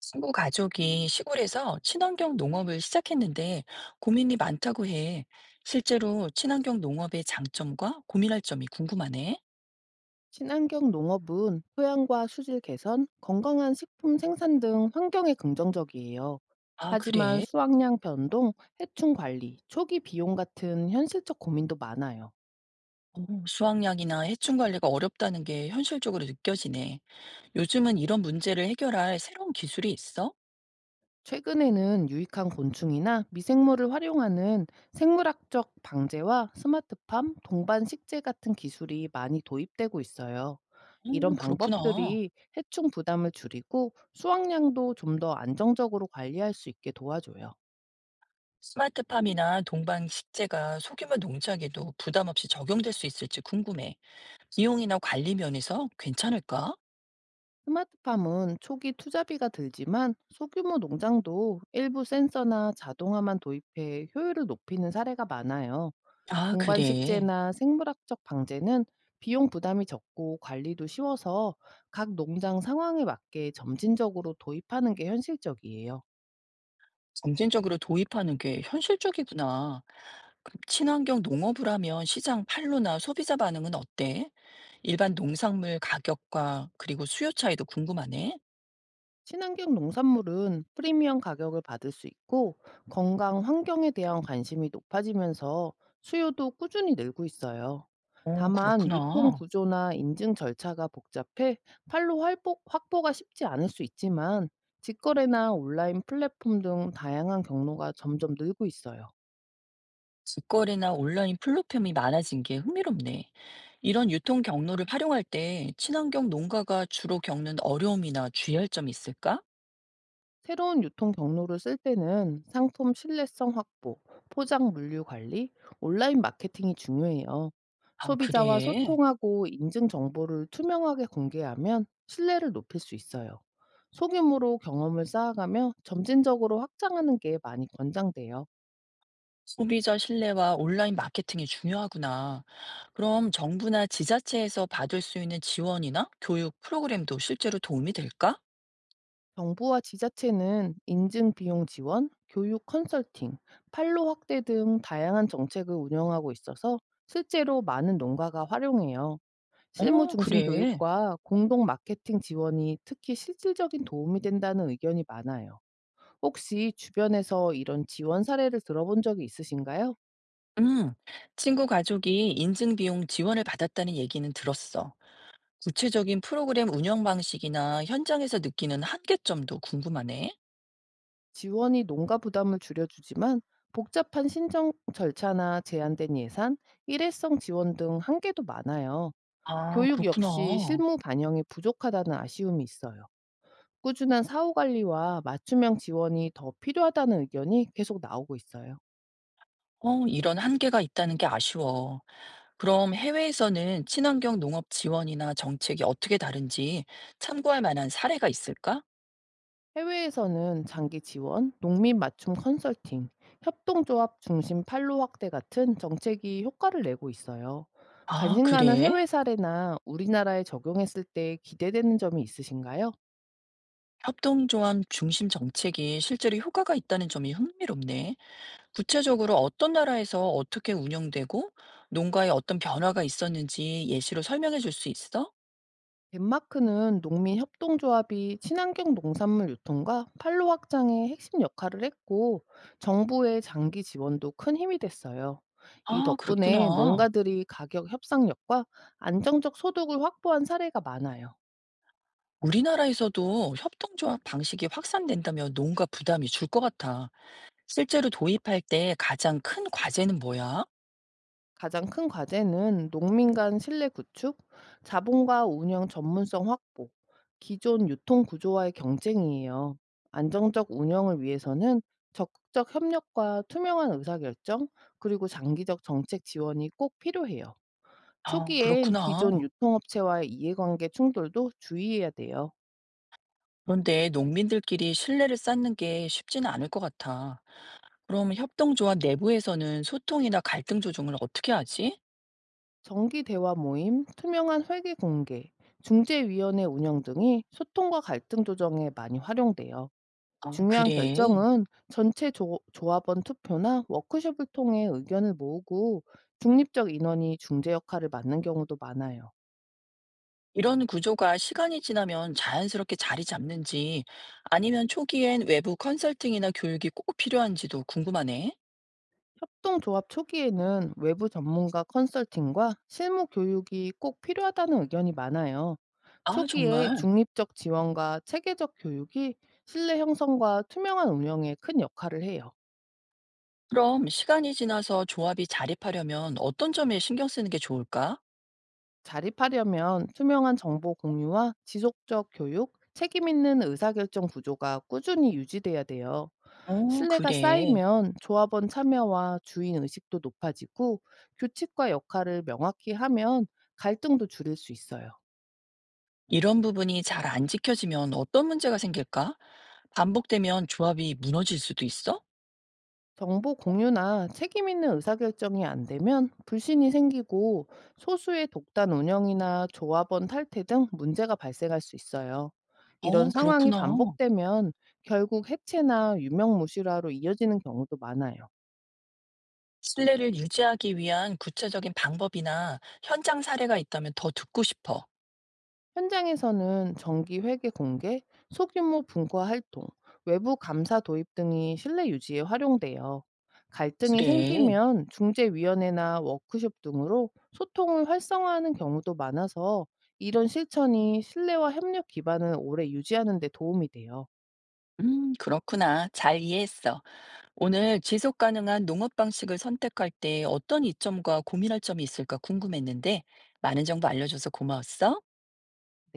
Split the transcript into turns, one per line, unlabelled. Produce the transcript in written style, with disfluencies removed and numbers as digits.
친구 가족이 시골에서 친환경 농업을 시작했는데 고민이 많다고 해. 실제로 친환경 농업의 장점과 고민할 점이 궁금하네.
친환경 농업은 토양과 수질 개선, 건강한 식품 생산 등 환경에 긍정적이에요.
아,
하지만
그래?
수확량 변동, 해충 관리, 초기 비용 같은 현실적 고민도 많아요.
어, 수확량이나 해충 관리가 어렵다는 게 현실적으로 느껴지네. 요즘은 이런 문제를 해결할 새로운 기술이 있어?
최근에는 유익한 곤충이나 미생물을 활용하는 생물학적 방제와 스마트팜, 동반 식재 같은 기술이 많이 도입되고 있어요. 이런
그렇구나.
방법들이 해충 부담을 줄이고 수확량도 좀 더 안정적으로 관리할 수 있게 도와줘요.
스마트팜이나 동방 식재가 소규모 농장에도 부담 없이 적용될 수 있을지 궁금해. 비용이나 관리 면에서 괜찮을까?
스마트팜은 초기 투자비가 들지만 소규모 농장도 일부 센서나 자동화만 도입해 효율을 높이는 사례가 많아요.
아,
동반
그래.
식재나 생물학적 방제는 비용 부담이 적고 관리도 쉬워서 각 농장 상황에 맞게 점진적으로 도입하는 게 현실적이에요.
점진적으로 도입하는 게 현실적이구나. 그럼 친환경 농업을 하면 시장 판로나 소비자 반응은 어때? 일반 농산물 가격과 그리고 수요 차이도 궁금하네.
친환경 농산물은 프리미엄 가격을 받을 수 있고 건강 환경에 대한 관심이 높아지면서 수요도 꾸준히 늘고 있어요.
어,
다만 유통
그렇구나.
구조나 인증 절차가 복잡해 확보가 쉽지 않을 수 있지만 직거래나 온라인 플랫폼 등 다양한 경로가 점점 늘고 있어요.
직거래나 온라인 플랫폼이 많아진 게 흥미롭네. 이런 유통 경로를 활용할 때 친환경 농가가 주로 겪는 어려움이나 주의할 점이 있을까?
새로운 유통 경로를 쓸 때는 상품 신뢰성 확보, 포장 물류 관리, 온라인 마케팅이 중요해요.
아,
소비자와
그래.
소통하고 인증 정보를 투명하게 공개하면 신뢰를 높일 수 있어요. 소규모로 경험을 쌓아가며 점진적으로 확장하는 게 많이 권장돼요.
소비자 신뢰와 온라인 마케팅이 중요하구나. 그럼 정부나 지자체에서 받을 수 있는 지원이나 교육 프로그램도 실제로 도움이 될까?
정부와 지자체는 인증 비용 지원, 교육 컨설팅, 판로 확대 등 다양한 정책을 운영하고 있어서 실제로 많은 농가가 활용해요. 실무
어,
중심
그래.
교육과 공동 마케팅 지원이 특히 실질적인 도움이 된다는 의견이 많아요. 혹시 주변에서 이런 지원 사례를 들어본 적이 있으신가요?
음, 친구 가족이 인증 비용 지원을 받았다는 얘기는 들었어. 구체적인 프로그램 운영 방식이나 현장에서 느끼는 한계점도 궁금하네.
지원이 농가 부담을 줄여주지만 복잡한 신청 절차나 제한된 예산, 일회성 지원 등 한계도 많아요.
아,
교육
그렇구나.
역시 실무 반영이 부족하다는 아쉬움이 있어요. 꾸준한 사후 관리와 맞춤형 지원이 더 필요하다는 의견이 계속 나오고 있어요.
어, 이런 한계가 있다는 게 아쉬워. 그럼 해외에서는 친환경 농업 지원이나 정책이 어떻게 다른지 참고할 만한 사례가 있을까?
해외에서는 장기 지원, 농민 맞춤 컨설팅, 협동조합 중심 판로 확대 같은 정책이 효과를 내고 있어요.
아,
관심 가는
그래?
해외 사례나 우리나라에 적용했을 때 기대되는 점이 있으신가요?
협동조합 중심 정책이 실제로 효과가 있다는 점이 흥미롭네. 구체적으로 어떤 나라에서 어떻게 운영되고 농가에 어떤 변화가 있었는지 예시로 설명해 줄 수 있어?
덴마크는 농민 협동조합이 친환경 농산물 유통과 판로 확장의 핵심 역할을 했고 정부의 장기 지원도 큰 힘이 됐어요. 이
아,
덕분에
그랬구나.
농가들이 가격 협상력과 안정적 소득을 확보한 사례가 많아요.
우리나라에서도 협동조합 방식이 확산된다면 농가 부담이 줄 것 같아. 실제로 도입할 때 가장 큰 과제는 뭐야?
가장 큰 과제는 농민 간 신뢰 구축, 자본과 운영 전문성 확보, 기존 유통 구조와의 경쟁이에요. 안정적 운영을 위해서는 적극적 협력과 투명한 의사결정, 그리고 장기적 정책 지원이 꼭 필요해요.
아,
초기엔 기존
그렇구나.
유통업체와의 이해관계 충돌도 주의해야 돼요.
그런데 농민들끼리 신뢰를 쌓는 게 쉽지는 않을 것 같아. 그럼 협동조합 내부에서는 소통이나 갈등 조정을 어떻게 하지?
정기 대화 모임, 투명한 회계 공개, 중재위원회 운영 등이 소통과 갈등 조정에 많이 활용돼요.
아,
중요한
그래.
결정은 전체 조, 합원 투표나 워크숍을 통해 의견을 모으고 중립적 인원이 중재 역할을 맡는 경우도 많아요.
이런 구조가 시간이 지나면 자연스럽게 자리 잡는지 아니면 초기엔 외부 컨설팅이나 교육이 꼭 필요한지도 궁금하네.
협동조합 초기에는 외부 전문가 컨설팅과 실무 교육이 꼭 필요하다는 의견이 많아요.
아,
초기에
정말?
중립적 지원과 체계적 교육이 신뢰 형성과 투명한 운영에 큰 역할을 해요.
그럼 시간이 지나서 조합이 자립하려면 어떤 점에 신경 쓰는 게 좋을까?
자립하려면 투명한 정보 공유와 지속적 교육, 책임 있는 의사결정 구조가 꾸준히 유지돼야 돼요.
어,
신뢰가
그래.
쌓이면 조합원 참여와 주인 의식도 높아지고 규칙과 역할을 명확히 하면 갈등도 줄일 수 있어요.
이런 부분이 잘 안 지켜지면 어떤 문제가 생길까? 반복되면 조합이 무너질 수도 있어?
정보 공유나 책임 있는 의사결정이 안 되면 불신이 생기고 소수의 독단 운영이나 조합원 탈퇴 등 문제가 발생할 수 있어요. 이런
어,
상황이
그렇구나.
반복되면 결국 해체나 유명무실화로 이어지는 경우도 많아요.
신뢰를 유지하기 위한 구체적인 방법이나 현장 사례가 있다면 더 듣고 싶어.
현장에서는 정기 회계 공개, 소규모 분과 활동, 외부 감사 도입 등이 신뢰 유지에 활용돼요. 갈등이
그래.
생기면 중재위원회나 워크숍 등으로 소통을 활성화하는 경우도 많아서 이런 실천이 신뢰와 협력 기반을 오래 유지하는 데 도움이 돼요.
그렇구나. 잘 이해했어. 오늘 지속 가능한 농업 방식을 선택할 때 어떤 이점과 고민할 점이 있을까 궁금했는데 많은 정보 알려줘서 고마웠어.
네.